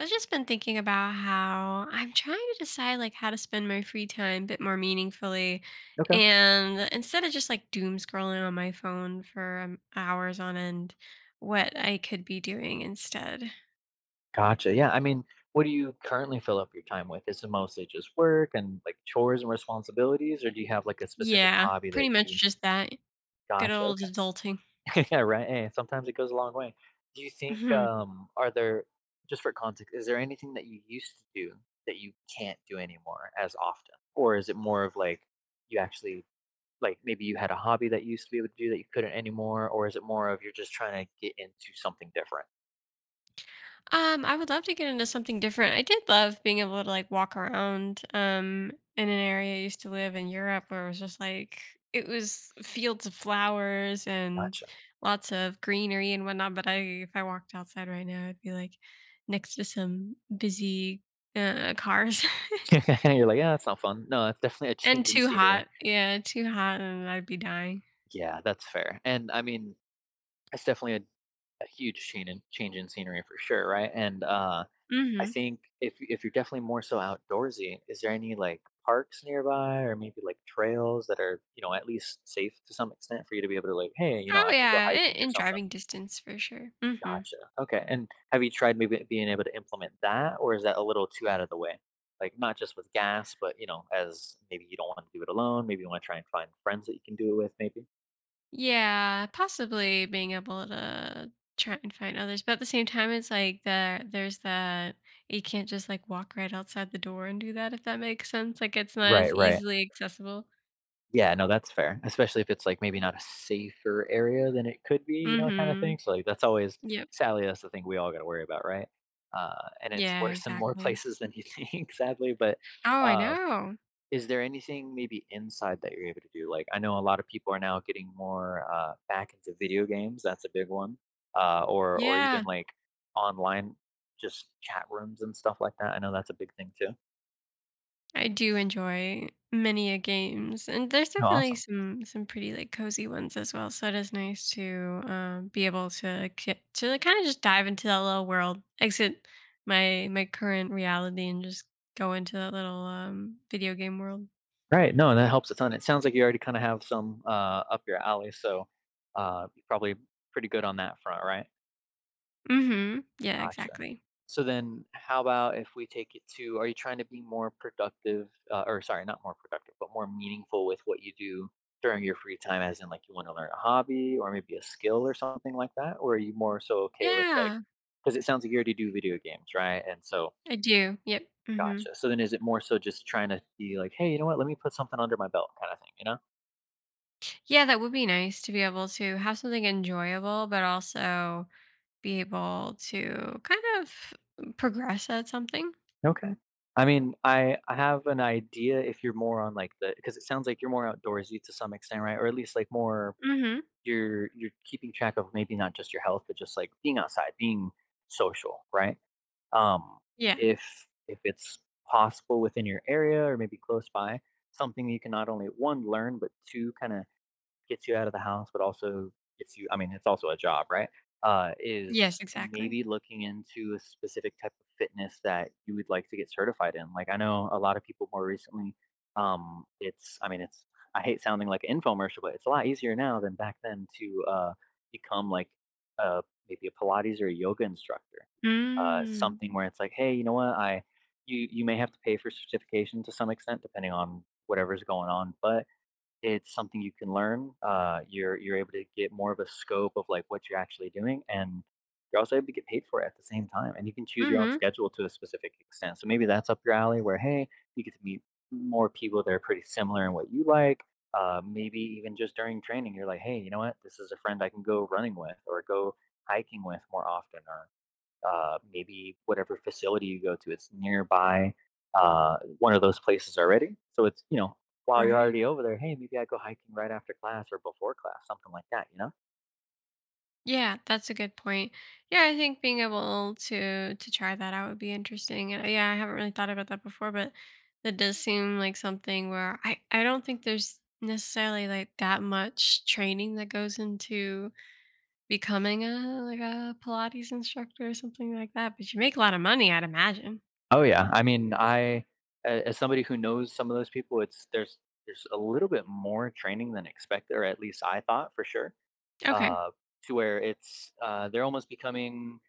I've just been thinking about how I'm trying to decide like how to spend my free time a bit more meaningfully. Okay. And instead of just like doom scrolling on my phone for hours on end, what I could be doing instead. Gotcha. Yeah. I mean, what do you currently fill up your time with? Is it mostly just work and like chores and responsibilities, or do you have like a specific Yeah, hobby pretty that much you just that. Good gotcha? old Okay. adulting. Yeah, right. Hey, sometimes it goes a long way. Do you think are there just for context, is there anything that you used to do that you can't do anymore as often? Or is it more of like you actually like maybe you had a hobby that you used to be able to do that you couldn't anymore, or is it more of you're just trying to get into something different? I would love to get into something different. I did love being able to like walk around in an area I used to live in Europe where it was just like it was fields of flowers and Gotcha. lots of greenery and whatnot. But I if I walked outside right now, I'd be like next to some busy cars You're like, "Yeah, that's not fun." No, it's definitely a and change in too scenery. hot. Yeah, too hot and I'd be dying. Yeah, that's fair, and I mean, it's definitely a huge change in scenery for sure, right? And I Mm-hmm. think if you're definitely more so outdoorsy, is there any, like, parks nearby or maybe, like, trails that are, you know, at least safe to some extent for you to be able to, like, "Hey, you know, Oh I can go yeah, in, hiking or in something?" driving distance for sure. Mm-hmm. Gotcha. Okay. And have you tried maybe being able to implement that, or is that a little too out of the way? Like not just with gas, but you know, as maybe you don't want to do it alone, maybe you want to try and find friends that you can do it with, maybe. Yeah, possibly being able to try and find others, but at the same time, it's like there's that you can't just like walk right outside the door and do that if that makes sense. Like it's not as Right, right. easily accessible. Yeah, no, that's fair. Especially if it's like maybe not a safer area than it could be, you know, kind of Mhm. thing. So like that's always Yep. sadly that's the thing we all got to worry about, right? And it's Yeah, worse in more exactly. places than you think, sadly. But Oh, I um, know. is there anything maybe inside that you're able to do? Like, I know a lot of people are now getting more back into video games. That's a big one, or even Yeah. like online, just chat rooms and stuff like that. I know that's a big thing too. I do enjoy many a games, and there's Oh, definitely awesome. some pretty like cozy ones as well. So it is nice to be able to to like, kind of just dive into that little world, exit my current reality, and just go into that little video game world. Right. No, that helps a ton. It sounds like you already kind of have some up your alley, so you're probably pretty good on that front, right? Mm-hmm. Yeah, Gotcha. exactly. So then how about if we take it to, are you trying to be more productive, or sorry, not more productive, but more meaningful with what you do during your free time, as in like you want to learn a hobby or maybe a skill or something like that? Or are you more so okay with like, Yeah, because it sounds like you already do video games, right? And so, I do. Yep. Hmm. gotcha. So then is it more so just trying to be like, hey, you know what? Let me put something under my belt kind of thing, you know? Yeah, that would be nice to be able to have something enjoyable, but also be able to kind of progress at something. Okay. I mean, I have an idea if you're more on like the because it sounds like you're more outdoorsy to some extent, right? Or at least like more Mm-hmm. you're keeping track of maybe not just your health, but just like being outside, being social, right? Um, Yeah. if it's possible within your area or maybe close by, something you can not only one learn, but two kind of gets you out of the house, but also gets you I mean, it's also a job, right? Yes, Is exactly. maybe looking into a specific type of fitness that you would like to get certified in. Like I know a lot of people more recently, it's I mean, it's I hate sounding like an infomercial, but it's a lot easier now than back then to become like uh, maybe a Pilates or a yoga instructor. Mm. Something where it's like, hey, you know what? I you may have to pay for certification to some extent, depending on whatever's going on, but it's something you can learn. You're able to get more of a scope of, like, what you're actually doing, and you're also able to get paid for it at the same time, and you can choose your own Mhm. schedule to a specific extent. So maybe that's up your alley where, hey, you get to meet more people that are pretty similar in what you like. Maybe even just during training, you're like, hey, you know what? This is a friend I can go running with or go hiking with more often or maybe whatever facility you go to, it's nearby one of those places already. So it's, you know, while you're Right. already over there, hey, maybe I go hiking right after class or before class, something like that, you know? Yeah, that's a good point. Yeah, I think being able to try that out would be interesting. And yeah, I haven't really thought about that before, but that does seem like something where I don't think there's necessarily like that much training that goes into becoming a like a Pilates instructor or something like that. But you make a lot of money, I'd imagine. Oh yeah, I mean, I As somebody who knows some of those people, it's there's a little bit more training than expected, or at least I thought for sure, Okay. uh, to where it's they're almost becoming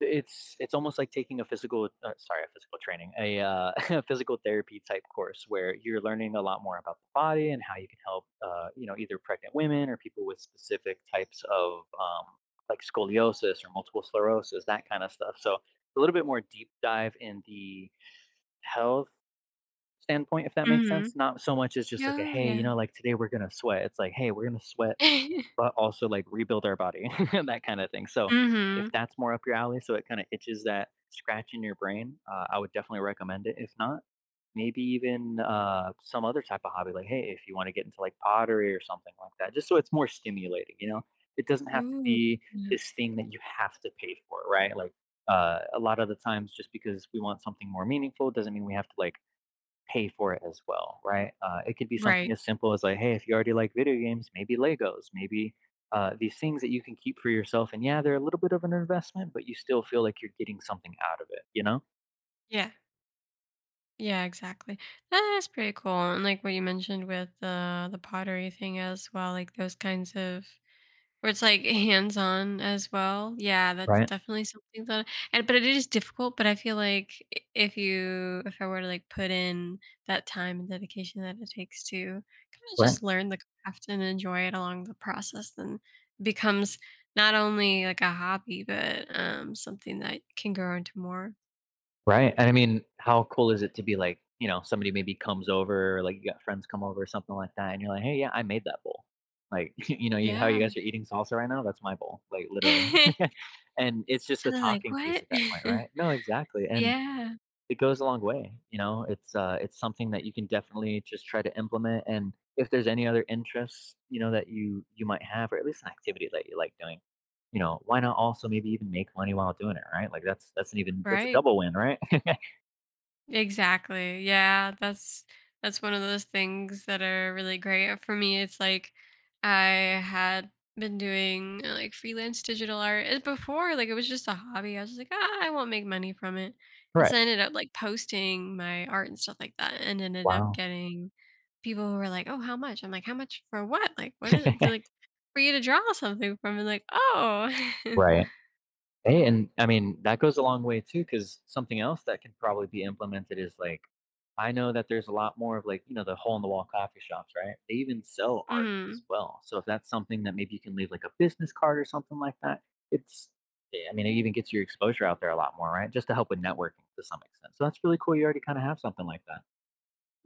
it's almost like taking a physical sorry, a physical training, a physical therapy type course where you're learning a lot more about the body and how you can help, you know, either pregnant women or people with specific types of like scoliosis or multiple sclerosis, that kind of stuff. So a little bit more deep dive in the health standpoint, if that makes Mhm. sense. Not so much as just like a Oh hey, you yeah. know, like today we're gonna sweat. It's like hey, we're gonna sweat but also like rebuild our body, that kind of thing. So if Mhm. that's more up your alley, so it kind of itches that scratch in your brain, I would definitely recommend it. If not, maybe even some other type of hobby, like hey, if you want to get into like pottery or something like that, just so it's more stimulating. You know, it doesn't have to Ooh. be Yeah. this thing that you have to pay for, right? Like a lot of the times, just because we want something more meaningful, doesn't mean we have to like pay for it as well, right? It could be something Right. as simple as like, hey, if you already like video games, maybe Legos, maybe these things that you can keep for yourself. And yeah, they're a little bit of an investment, but you still feel like you're getting something out of it, you know? Yeah. Yeah, exactly. That's pretty cool. And like what you mentioned with the pottery thing as well, like those kinds of where it's like hands-on as well. Yeah, that's Right. definitely something that and but it is difficult, but I feel like if you if I were to like put in that time and dedication that it takes to kind of Right. just learn the craft and enjoy it along the process, then it becomes not only like a hobby, but something that can grow into more. Right. And I mean, how cool is it to be like, you know, somebody maybe comes over, or like you got friends come over or something like that, and you're like, hey, yeah, I made that bowl. Like, you know, you, how you Yeah. guys are eating salsa right now? That's my bowl, like literally. And it's just a And they're like, talking piece "What?" at that point, right? No, exactly. And Yeah, it goes a long way, you know? It's something that you can definitely just try to implement, and if there's any other interests, you know, that you might have, or at least an activity that you like doing, you know, why not also maybe even make money while doing it, right? Like, that's an even that's a right. double win, right? Exactly. Yeah, that's one of those things that are really great. For me, it's like I had been doing like freelance digital art and before, like it was just a hobby. I was just like, ah, I won't make money from it. And so Right. I ended up like posting my art and stuff like that and ended up Wow. getting people who were like, "Oh, how much?" I'm like, "How much for what? Like, what is it?" They're like, for you to draw something from and like, oh. Right. Hey, and I mean, that goes a long way too, because something else that can probably be implemented is, like, I know that there's a lot more of, like, you know, the hole-in-the-wall coffee shops, right? They even sell art as Hmm. well. So if that's something that maybe you can leave, like, a business card or something like that, it's I mean, it even gets your exposure out there a lot more, right? Just to help with networking to some extent. So that's really cool you already kinda have something like that.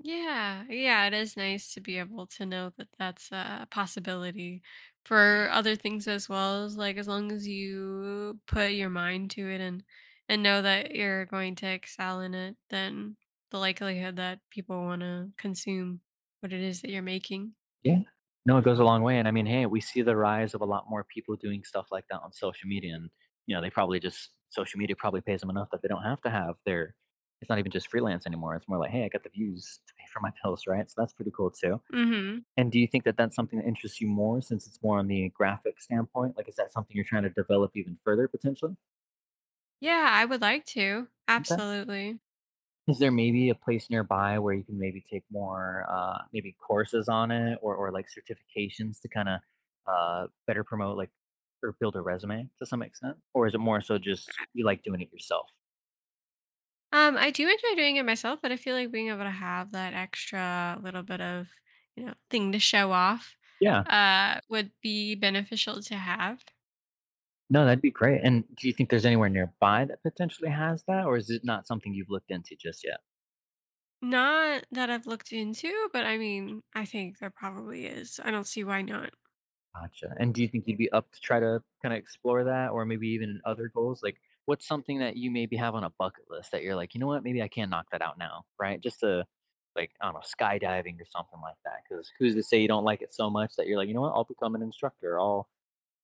Yeah, yeah, it is nice to be able to know that that's a possibility for other things as well as like as long as you put your mind to it and know that you're going to excel in it, then the likelihood that people want to consume what it is that you're making. Yeah. No, it goes a long way, and I mean, hey, we see the rise of a lot more people doing stuff like that on social media, and, you know, they probably just social media probably pays them enough that they don't have to have their it's not even just freelance anymore, it's more like, "Hey, I got the views to pay for my bills," right? So that's pretty cool too, Mhm. and do you think that that's something that interests you more since it's more on the graphic standpoint? Like, is that something you're trying to develop even further potentially? Yeah, I would like to. Absolutely. Is there maybe a place nearby where you can maybe take more, maybe courses on it or like, certifications to kinda, better promote, like, or build a resume to some extent? Or is it more so just you like doing it yourself? I do enjoy doing it myself, but I feel like being able to have that extra little bit of, you know, thing to show off Yeah. Would be beneficial to have. No, that'd be great, and do you think there's anywhere nearby that potentially has that, or is it not something you've looked into just yet? Not that I've looked into, but I mean, I think there probably is. I don't see why not. Gotcha. And do you think you'd be up to try to kind of explore that or maybe even other goals? Like, what's something that you maybe have on a bucket list that you're like, you know what, maybe I can knock that out now, right? Just to, like, I don't know, skydiving or something like that. Because who's to say you don't like it so much that you're like, you know what, I'll become an instructor, I'll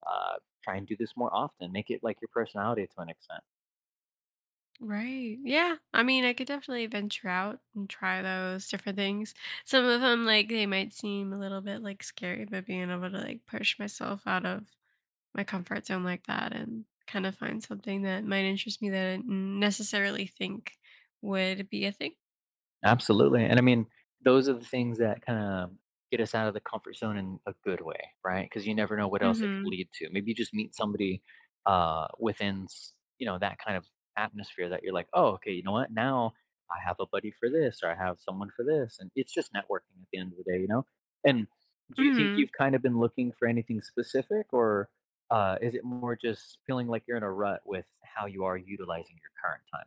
uh, try and do this more often, make it like your personality to an extent. Right. Yeah. I mean, I could definitely venture out and try those different things. Some of them, like, they might seem a little bit like scary, but being able to like push myself out of my comfort zone like that and kind of find something that might interest me that I didn't necessarily think would be a thing. Absolutely, and I mean, those are the things that kinda get us out of the comfort zone in a good way, right? Because you never know what else it could Mhm. lead to. Maybe you just meet somebody, within s you know, that kind of atmosphere that you're like, "Oh, okay, you know what? Now I have a buddy for this, or I have someone for this," and it's just networking at the end of the day, you know? And do you think Mhm. you've kind of been looking for anything specific, or, is it more just feeling like you're in a rut with how you are utilizing your current time?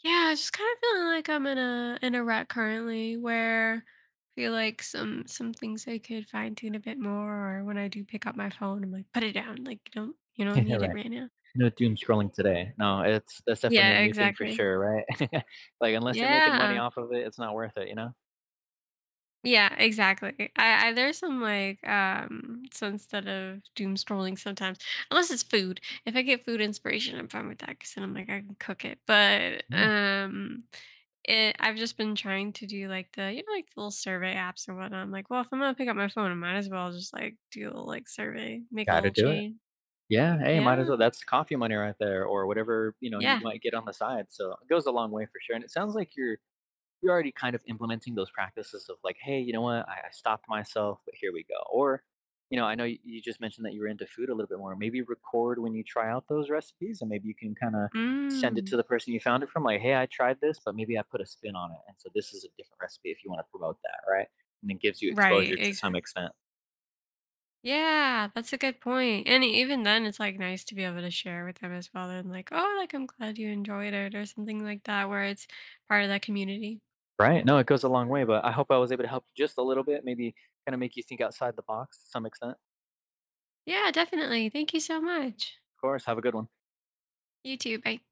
Yeah, I just kind of feeling like I'm in a rut currently where I feel like some things I could fine tune a bit more or when I do pick up my phone I'm like put it down like you don't need it Right. right now. No doom scrolling today. No, it's that's definitely a Yeah, new thing for exactly. sure, right? Like, unless you're making money Yeah. off of it, it's not worth it, you know? Yeah, exactly. I there's some like so instead of doom scrolling sometimes, unless it's food. If I get food inspiration, I'm fine with that because then I'm like I can cook it. But Yeah, it I've just been trying to do like the like the little survey apps and whatnot. I'm like, well, if I'm gonna pick up my phone, I might as well just like do a little like survey, make a gotta little do it. chain. Yeah, hey, might as Yeah, well. That's coffee money right there or whatever, you know, you yeah. might get on the side, so it goes a long way for sure, and it sounds like you're already kind of implementing those practices of like, hey, you know what, I stopped myself, but here we go. Or, you know, I know you just mentioned that you were into food a little bit more. Maybe record when you try out those recipes, and maybe you can kind of send it Mm. to the person you found it from, like, hey, I tried this, but maybe I put a spin on it, and so this is a different recipe if you want to promote that, right? And it gives you exposure Right. to some Exactly. extent. Yeah, that's a good point. And even then, it's, like, nice to be able to share with them as well, and, like, "Oh, like, I'm glad you enjoyed it," or something like that, where it's part of that community. Right. No, it goes a long way, but I hope I was able to help you just a little bit, maybe kind of make you think outside the box to some extent. Yeah, definitely, thank you so much. Of course. Have a good one. You too, bye.